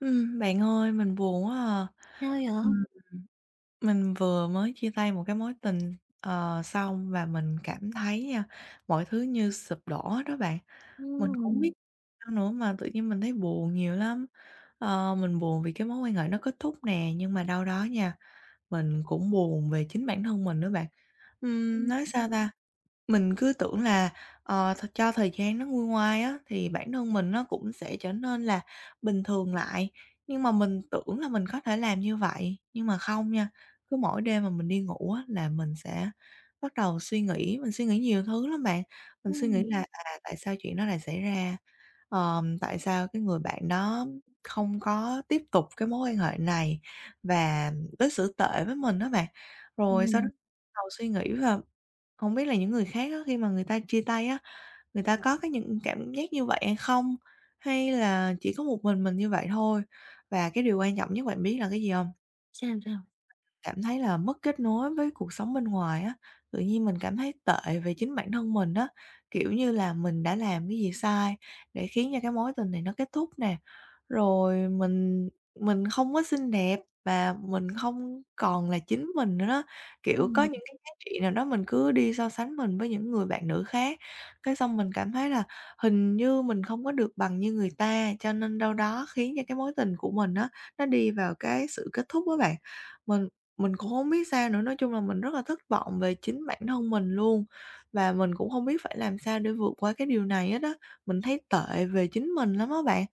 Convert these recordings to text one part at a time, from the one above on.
Bạn ơi, mình buồn quá à. Sao vậy? Ừm, mình vừa mới chia tay một cái mối tình, xong và mình cảm thấy nha, mọi thứ như sụp đổ hết đó bạn. Mình cũng hông Ừm, biết sao nữa mà tự nhiên mình thấy buồn nhiều lắm. Mình buồn vì cái mối quan hệ nó kết thúc nè, nhưng mà đâu đó nha, mình cũng buồn về chính bản thân mình nữa bạn. Ừm, Nói sao ta? Mình cứ tưởng là, ờ, th cho thời gian nó nguôi ngoai á, thì bản thân mình nó cũng sẽ trở nên là bình thường lại, nhưng mà mình tưởng là mình có thể làm như vậy, nhưng mà không nha. Cứ mỗi đêm mà mình đi ngủ á là mình sẽ bắt đầu suy nghĩ, mình suy nghĩ nhiều thứ lắm bạn. Mình suy nghĩ ừm, là, tại sao chuyện đó lại xảy ra? Tại sao cái người bạn đó không có tiếp tục cái mối quan hệ này và đối xử tệ với mình đó bạn? Rồi sau đó ừm, bắt đầu suy nghĩ là không biết là những người khác á, khi mà người ta chia tay á, người ta có cái những cảm giác như vậy hay không? Hay là chỉ có một mình như vậy thôi? Và cái điều quan trọng nhất bạn biết là cái gì không? sao? Cảm thấy là mất kết nối với cuộc sống bên ngoài á, tự nhiên mình cảm thấy tệ về chính bản thân mình á, kiểu như là mình đã làm cái gì sai để khiến cho cái mối tình này nó kết thúc nè. Rồi mình không có xinh đẹp và mình không còn là chính mình nữa đó, kiểu, có Ừm. những cái giá trị nào đó mình cứ đi so sánh mình với những người bạn nữ khác, cái xong mình cảm thấy là hình như mình không có được bằng như người ta, cho nên đâu đó khiến cho cái mối tình của mình á, nó đi vào cái sự kết thúc á bạn. Mình mình cũng không biết sao nữa, nói chung là mình rất là thất vọng về chính bản thân mình luôn, và mình cũng không biết phải làm sao để vượt qua cái điều này hết á, mình thấy tệ về chính mình lắm á bạn.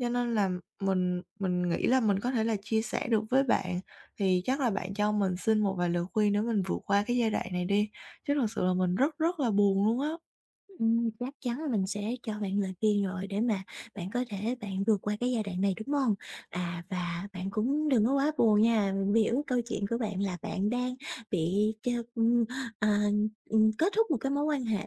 Cho nên là mình nghĩ là mình có thể là chia sẻ được với bạn, thì chắc là bạn cho mình xin một vài lời khuyên để mình vượt qua cái giai đoạn này đi, chứ thực sự là mình rất rất là buồn luôn á. Chắc chắn là mình sẽ cho bạn lời khuyên rồi để mà bạn có thể bạn vượt qua cái giai đoạn này, đúng không? À, và bạn cũng đừng có quá buồn nha, mình hiểu câu chuyện của bạn là bạn đang bị ch ừm, à, kết thúc một cái mối quan hệ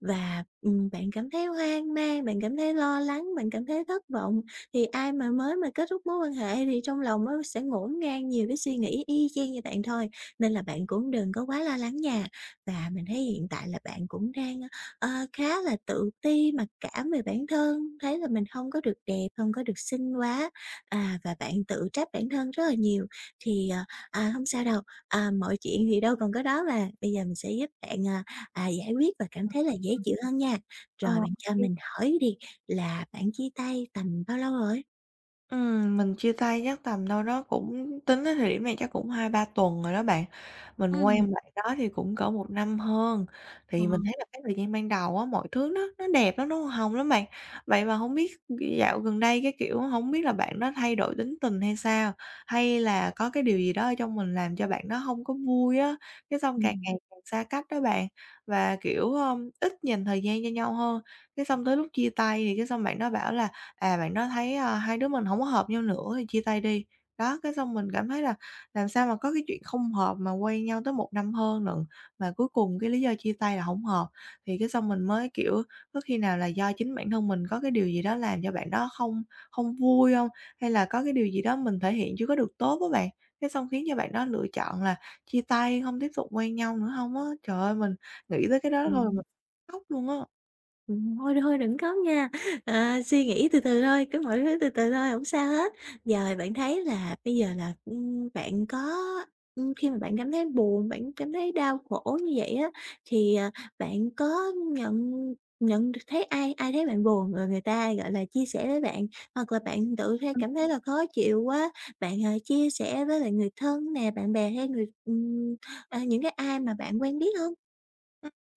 và, bạn cảm thấy hoang mang, bạn cảm thấy lo lắng, bạn cảm thấy thất vọng. Thì ai mà mới mà kết thúc mối quan hệ thì trong lòng nó sẽ ngổn ngang nhiều cái suy nghĩ y chang như bạn thôi, nên là bạn cũng đừng có quá lo lắng nha. Và mình thấy hiện tại là bạn cũng đang Ờ, khá là tự ti, mặc cảm về bản thân, thấy là mình không có được đẹp, không có được xinh quá, và bạn tự trách bản thân rất là nhiều. Thì, ờ, à, hông sao đâu, mọi chuyện thì đâu còn có đó mà, bây giờ mình sẽ giúp bạn, giải quyết và cảm thấy là dễ chịu hơn nha. Ờ. Rồi bạn cho mình hỏi đi, là bạn chia tay tầm bao lâu rồi? Mình chia tay chắc tầm đâu đó cũng tính đến thời điểm này chắc cũng hai ba tuần rồi đó bạn. Mình Ừm, quen bạn đó thì cũng cỡ một năm hơn, ờ. thì mình thấy là cái thời gian ban đầu á, mọi thứ nó đẹp lắm, nó hoa hồng lắm bạn. Vậy mà không biết dạo gần đây, cái kiểu, không biết là bạn đó thay đổi tính tình hay sao? Hay là có cái điều gì đó ở trong mình làm cho bạn đó không có vui á, cái xong càng Ừm. ngày càng xa cách đó bạn, và, kiểu, ít dành thời gian cho nhau hơn. Cái xong tới lúc chia tay thì cái xong bạn đó bảo là bạn đó thấy, hai đứa mình không có hợp nhau nữa thì chia tay đi. Đó, cái xong mình cảm thấy là làm sao mà có cái chuyện không hợp mà quen nhau tới một năm hơn lận, mà cuối cùng cái lý do chia tay là không hợp, thì cái xong mình mới, kiểu, có khi nào là do chính bản thân mình có cái điều gì đó làm cho bạn đó không không vui không? Hay là có cái điều gì đó mình thể hiện chưa có được tốt với bạn, cái xong khiến cho bạn đó lựa chọn là chia tay, không tiếp tục quen nhau nữa không á? Trời ơi, mình nghĩ tới cái đó thôi mình khóc luôn á. Thôi thôi đừng có nha, suy nghĩ từ từ thôi, cứ mọi thứ từ từ thôi, không sao hết. Giờ bạn thấy là bây giờ là, bạn có khi mà bạn cảm thấy buồn, bạn cảm thấy đau khổ như vậy á, thì bạn có nhận nhận được, thấy ai ai thấy bạn buồn rồi người ta, gọi là, chia sẻ với bạn, hoặc là bạn tự thấy cảm thấy là khó chịu quá, bạn, chia sẻ với lại người thân nè, bạn bè hay người những cái ai mà bạn quen biết không?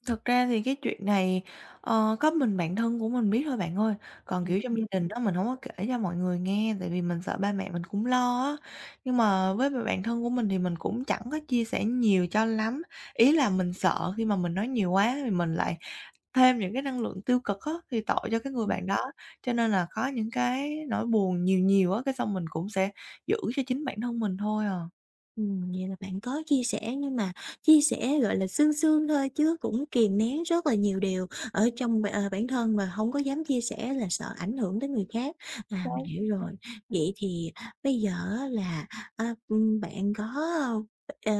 Thật ra thì cái chuyện này, có mình bạn thân của mình biết thôi bạn ơi, còn, kiểu, trong gia đình đó mình không có kể cho mọi người nghe, tại vì mình sợ ba mẹ mình cũng lo á. Nhưng mà với bạn thân của mình thì mình cũng chẳng có chia sẻ nhiều cho lắm, ý là mình sợ khi mà mình nói nhiều quá thì mình lại thêm những cái năng lượng tiêu cực á, thì tội cho cái người Ừm. bạn đó. Cho nên là có những cái nỗi buồn nhiều nhiều á, cái xong mình cũng sẽ giữ cho chính bản thân mình thôi à. Vậy là bạn có chia sẻ nhưng mà chia sẻ, gọi là, sương sương thôi chứ cũng kìm nén rất là nhiều điều ở trong bản thân mà không có dám chia sẻ là sợ ảnh hưởng đến người khác. À, mình hiểu rồi. Vậy thì bây giờ á là, bạn có, ờ, ờ,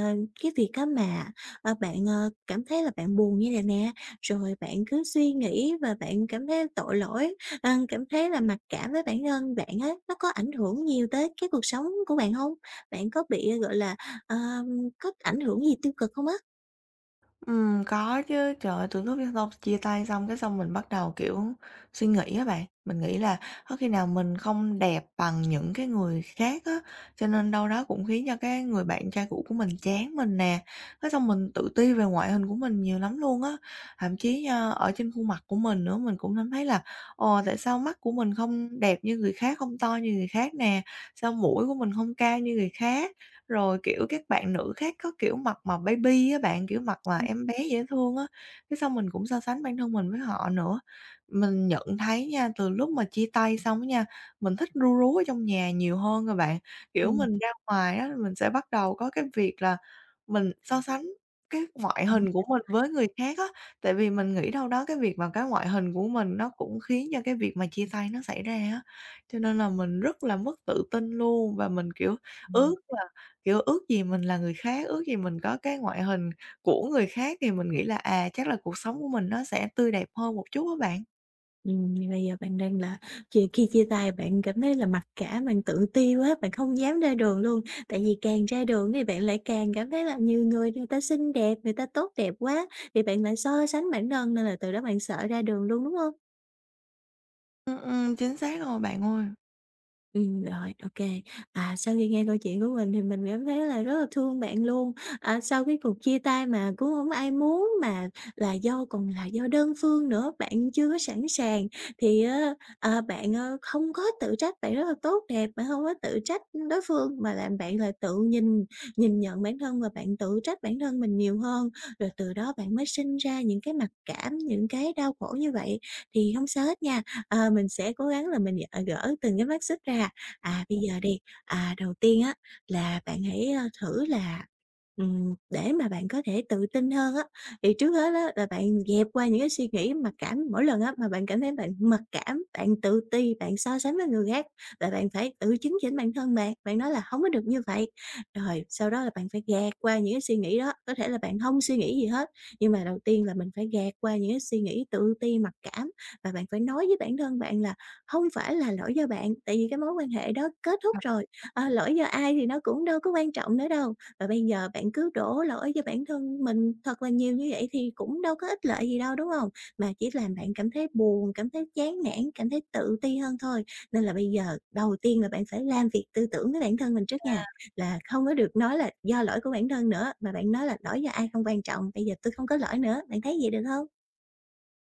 cái việc á mà, bạn, cảm thấy là bạn buồn như này nè, rồi bạn cứ suy nghĩ và bạn cảm thấy tội lỗi, cảm thấy là mặc cảm với bản thân bạn á, nó có ảnh hưởng nhiều tới cái cuộc sống của bạn không? Bạn có bị, gọi là, ờ, có ảnh hưởng gì tiêu cực không á? Có chứ. Trời ơi, từ lúc cái chia tay xong cái xong mình bắt đầu, kiểu, suy nghĩ á bạn. Mình nghĩ là có khi nào mình không đẹp bằng những cái người khác á, cho nên đâu đó cũng khiến cho cái người bạn trai cũ của mình chán mình nè. Cái xong mình tự ti về ngoại hình của mình nhiều lắm luôn á. Thậm chí nha, ở trên khuôn mặt của mình nữa, mình cũng cảm thấy là "Ồ, tại sao mắt của mình không đẹp như người khác, không to như người khác nè? Sao mũi của mình không cao như người khác?" Rồi, kiểu, các bạn nữ khác có kiểu mặt mà baby á bạn, kiểu, mặt mà Ừm, em bé dễ thương á, cái xong mình cũng so sánh bản thân mình với họ nữa. Mình nhận thấy nha, từ lúc mà chia tay xong á nha, mình thích ru rú ở trong nhà nhiều hơn rồi bạn. Kiểu, ừm, mình ra ngoài á, mình sẽ bắt đầu có cái việc là mình so sánh cái ngoại ừm, hình của mình với người khác á, tại vì mình nghĩ đâu đó cái việc mà cái ngoại hình của mình nó cũng khiến cho cái việc mà chia tay nó xảy ra á. Cho nên là mình rất là mất tự tin luôn và mình, kiểu, ước ừm, kiểu, ước gì mình là người khác, ước gì mình có cái ngoại hình của người khác thì mình nghĩ là, chắc là cuộc sống của mình nó sẽ tươi đẹp hơn một chút á bạn. Bây giờ bạn đang là chia khi chia tay bạn cảm thấy là mặc cả, bạn tự ti quá, bạn không dám ra đường luôn, tại vì càng ra đường thì bạn lại càng cảm thấy là nhiều người người ta xinh đẹp, người ta tốt đẹp quá, thì bạn lại so sánh bản thân nên là từ đó bạn sợ ra đường luôn, đúng không? Chính xác rồi bạn ơi. Rồi, ô kê. À, sau khi nghe câu chuyện của mình thì mình cảm thấy là rất là thương bạn luôn. À, sau cái cuộc chia tay mà cũng hổng ai muốn mà là do còn là do đơn phương nữa, bạn chưa có sẵn sàng thì á, bạn, không có tự trách, bạn rất là tốt đẹp, bạn hông có tự trách đối phương mà là bạn là tự nhìn nhìn nhận bản thân và bạn tự trách bản thân mình nhiều hơn, rồi từ đó bạn mới sinh ra những cái mặc cảm, những cái đau khổ như vậy. Thì hông sao hết nha. Mình sẽ cố gắng là mình, gỡ từng cái mắt xích ra. À, bây giờ đi, đầu tiên á là bạn hãy, thử là, để mà bạn có thể tự tin hơn á, thì trước hết á là bạn dẹp qua những cái suy nghĩ mặc cảm. Mỗi lần á mà bạn cảm thấy bạn mặc cảm, bạn tự ti, bạn so sánh với người khác là bạn phải tự chứng chỉnh bản thân bạn, bạn nói là không có được như vậy." Rồi sau đó là bạn phải gạt qua những cái suy nghĩ đó, có thể là bạn không suy nghĩ gì hết, nhưng mà đầu tiên là mình phải gạt qua những cái suy nghĩ tự ti mặc cảm và bạn phải nói với bản thân bạn là không phải là lỗi do bạn, tại vì cái mối quan hệ đó kết thúc rồi, lỗi do ai thì nó cũng đâu có quan trọng nữa đâu. Và bây giờ bạn cứ đổ lỗi cho bản thân mình thật là nhiều như vậy thì cũng đâu có ích lợi gì đâu, đúng không? Mà chỉ làm bạn cảm thấy buồn, cảm thấy chán nản, cảm thấy tự ti hơn thôi. Nên là bây giờ đầu tiên là bạn phải làm việc tư tưởng với bản thân mình trước nha, là không có được nói là "Do lỗi của bản thân" nữa, mà bạn nói là "Lỗi do ai không quan trọng, bây giờ tôi không có lỗi nữa." Bạn thấy vậy được không?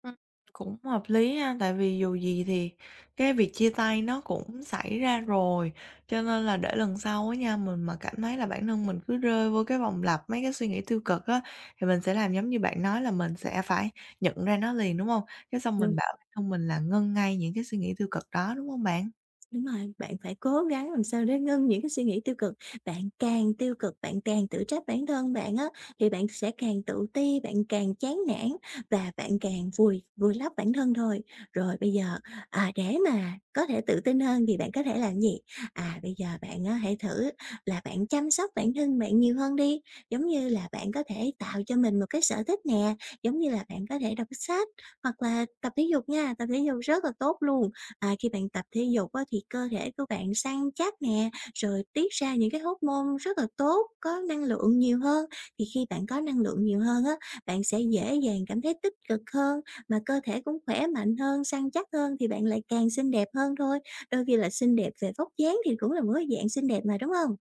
Ừm, cũng hợp lý ha, tại vì dù gì thì cái việc chia tay nó cũng xảy ra rồi, cho nên là để lần sau á nha, mình mà cảm thấy là bản thân mình cứ rơi vô cái vòng lặp mấy cái suy nghĩ tiêu cực á, thì mình sẽ làm giống như bạn nói là mình sẽ phải nhận ra nó liền, đúng hông? Cái xong mình bảo bản thân mình là ngưng ngay những cái suy nghĩ tiêu cực đó, đúng hông bạn? Đúng rồi, bạn phải cố gắng làm sao để ngưng những cái suy nghĩ tiêu cực. Bạn càng tiêu cực, bạn càng tự trách bản thân bạn á, thì bạn sẽ càng tự ti, bạn càng chán nản và bạn càng vùi vùi lấp bản thân thôi. Rồi bây giờ, để mà có thể tự tin hơn thì bạn có thể làm gì? À, bây giờ bạn á, hãy thử là bạn chăm sóc bản thân bạn nhiều hơn đi. Giống như là bạn có thể tạo cho mình một cái sở thích nè, giống như là bạn có thể đọc sách hoặc là tập thể dục nha, tập thể dục rất là tốt luôn. À, khi bạn tập thể dục á, thì cơ thể của bạn săn chắc nè, rồi tiết ra những cái hormone rất là tốt, có năng lượng nhiều hơn. Thì khi bạn có năng lượng nhiều hơn á, bạn sẽ dễ dàng cảm thấy tích cực hơn, mà cơ thể cũng khỏe mạnh hơn, săn chắc hơn thì bạn lại càng xinh đẹp hơn thôi. Đôi khi là xinh đẹp về vóc dáng thì cũng là một cái dạng xinh đẹp mà, đúng không?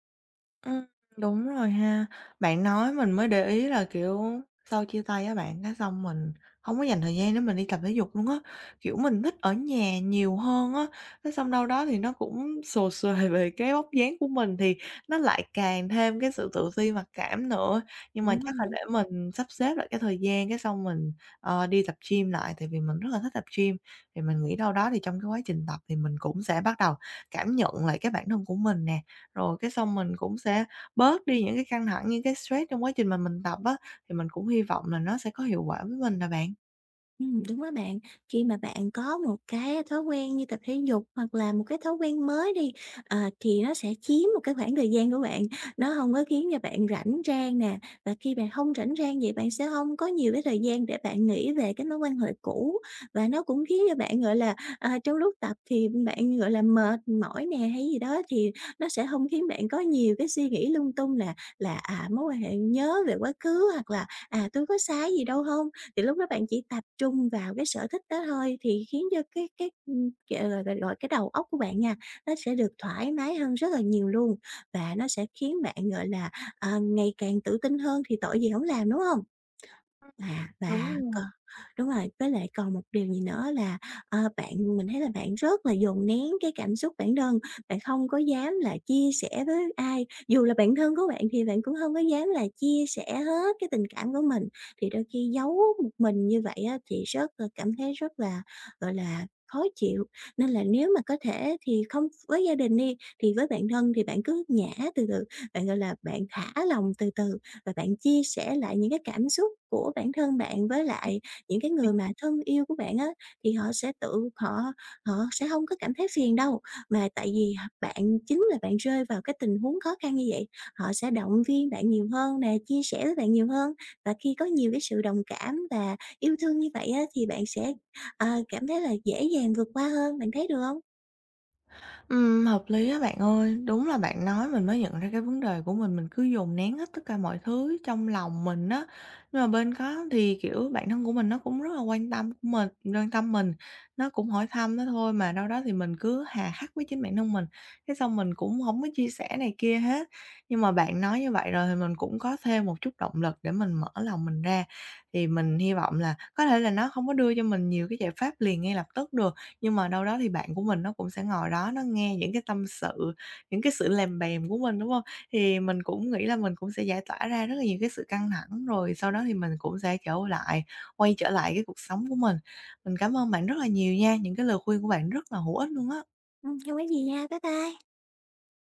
Ừm, đúng rồi ha. Bạn nói mình mới để ý là, kiểu, sau chia tay á bạn, cái xong mình không có dành thời gian để mình đi tập thể dục luôn á. Kiểu, mình thích ở nhà nhiều hơn á, cái xong đâu đó thì nó cũng sồ sề về cái vóc dáng của mình thì nó lại càng thêm cái sự tự ti mặc cảm nữa. Nhưng mà Đúng chắc là rồi. để mình sắp xếp lại cái thời gian, cái xong mình, đi tập gym lại, tại vì mình rất là thích tập gym. Thì mình nghĩ đâu đó thì trong cái quá trình tập thì mình cũng sẽ bắt đầu cảm nhận lại cái bản thân của mình nè. Rồi cái xong mình cũng sẽ bớt đi những cái căng thẳng, những cái stress trong quá trình mà mình tập á, thì mình cũng hy vọng là nó sẽ có hiệu quả với mình nè bạn. Đúng đó bạn. Khi mà bạn có một cái thói quen như tập thể dục hoặc là một cái thói quen mới đi, thì nó sẽ chiếm một cái khoảng thời gian của bạn, nó không có khiến cho bạn rảnh rang nè. Và khi bạn không rảnh rang vậy bạn sẽ không có nhiều cái thời gian để bạn nghĩ về cái mối quan hệ cũ, và nó cũng khiến cho bạn, gọi là, trong lúc tập thì bạn, gọi là, mệt mỏi nè hay gì đó, thì nó sẽ không khiến bạn có nhiều cái suy nghĩ lung tung là mối quan hệ nhớ về quá khứ hoặc là, tôi có sai gì đâu không, thì lúc đó bạn chỉ tập trung vào cái sở thích đó thôi thì khiến cho cái, gọi là, gọi, cái đầu óc của bạn nha, nó sẽ được thoải mái hơn rất là nhiều luôn và nó sẽ khiến bạn, gọi là, ngày càng tự tin hơn thì tội gì không làm, đúng không? À, Đúng và rồi. còn đúng rồi, với lại còn một điều gì nữa là, bạn mình thấy là bạn rất là dồn nén cái cảm xúc bản thân, bạn không có dám là chia sẻ với ai, dù là bạn thân của bạn thì bạn cũng không có dám là chia sẻ hết cái tình cảm của mình. Thì đôi khi giấu một mình như vậy á, thì rất là cảm thấy rất là, gọi là, khó chịu. Nên là nếu mà có thể thì không với gia đình đi, thì với bạn thân thì bạn cứ nhả từ từ, bạn, gọi là, bạn thả lòng từ từ và bạn chia sẻ lại những cái cảm xúc của bản thân bạn với lại những cái người mà thân yêu của bạn á, thì họ sẽ không có cảm thấy phiền đâu. Mà tại vì bạn chính là bạn rơi vào cái tình huống khó khăn như vậy, họ sẽ động viên bạn nhiều hơn nè, chia sẻ với bạn nhiều hơn. Và khi có nhiều cái sự đồng cảm và yêu thương như vậy á, thì bạn sẽ, cảm thấy là dễ dàng vượt qua hơn, bạn thấy được không? Hợp lý á bạn ơi, đúng là bạn nói mình mới nhận ra cái vấn đề của mình cứ dồn nén hết tất cả mọi thứ trong lòng mình á. Nhưng mà bên có thì, kiểu, bản thân của mình nó cũng rất là quan tâm mình, nó cũng hỏi thăm đó thôi, mà đâu đó thì mình cứ hà khắc với chính bản thân mình, cái xong mình cũng không có chia sẻ này kia hết. Nhưng mà bạn nói như vậy rồi thì mình cũng có thêm một chút động lực để mình mở lòng mình ra, thì mình hy vọng là có thể là nó không có đưa cho mình nhiều cái giải pháp liền ngay lập tức được, nhưng mà đâu đó thì bạn của mình nó cũng sẽ ngồi đó nó nghe những cái tâm sự, những cái sự lèm bèm của mình, đúng không? Thì mình cũng nghĩ là mình cũng sẽ giải tỏa ra rất là nhiều cái sự căng thẳng, rồi sau đó thì mình cũng sẽ trở lại quay trở lại cái cuộc sống của mình. Mình cảm ơn bạn rất là nhiều nha, những cái lời khuyên của bạn rất là hữu ích luôn á. Hông có gì nha, bye bye.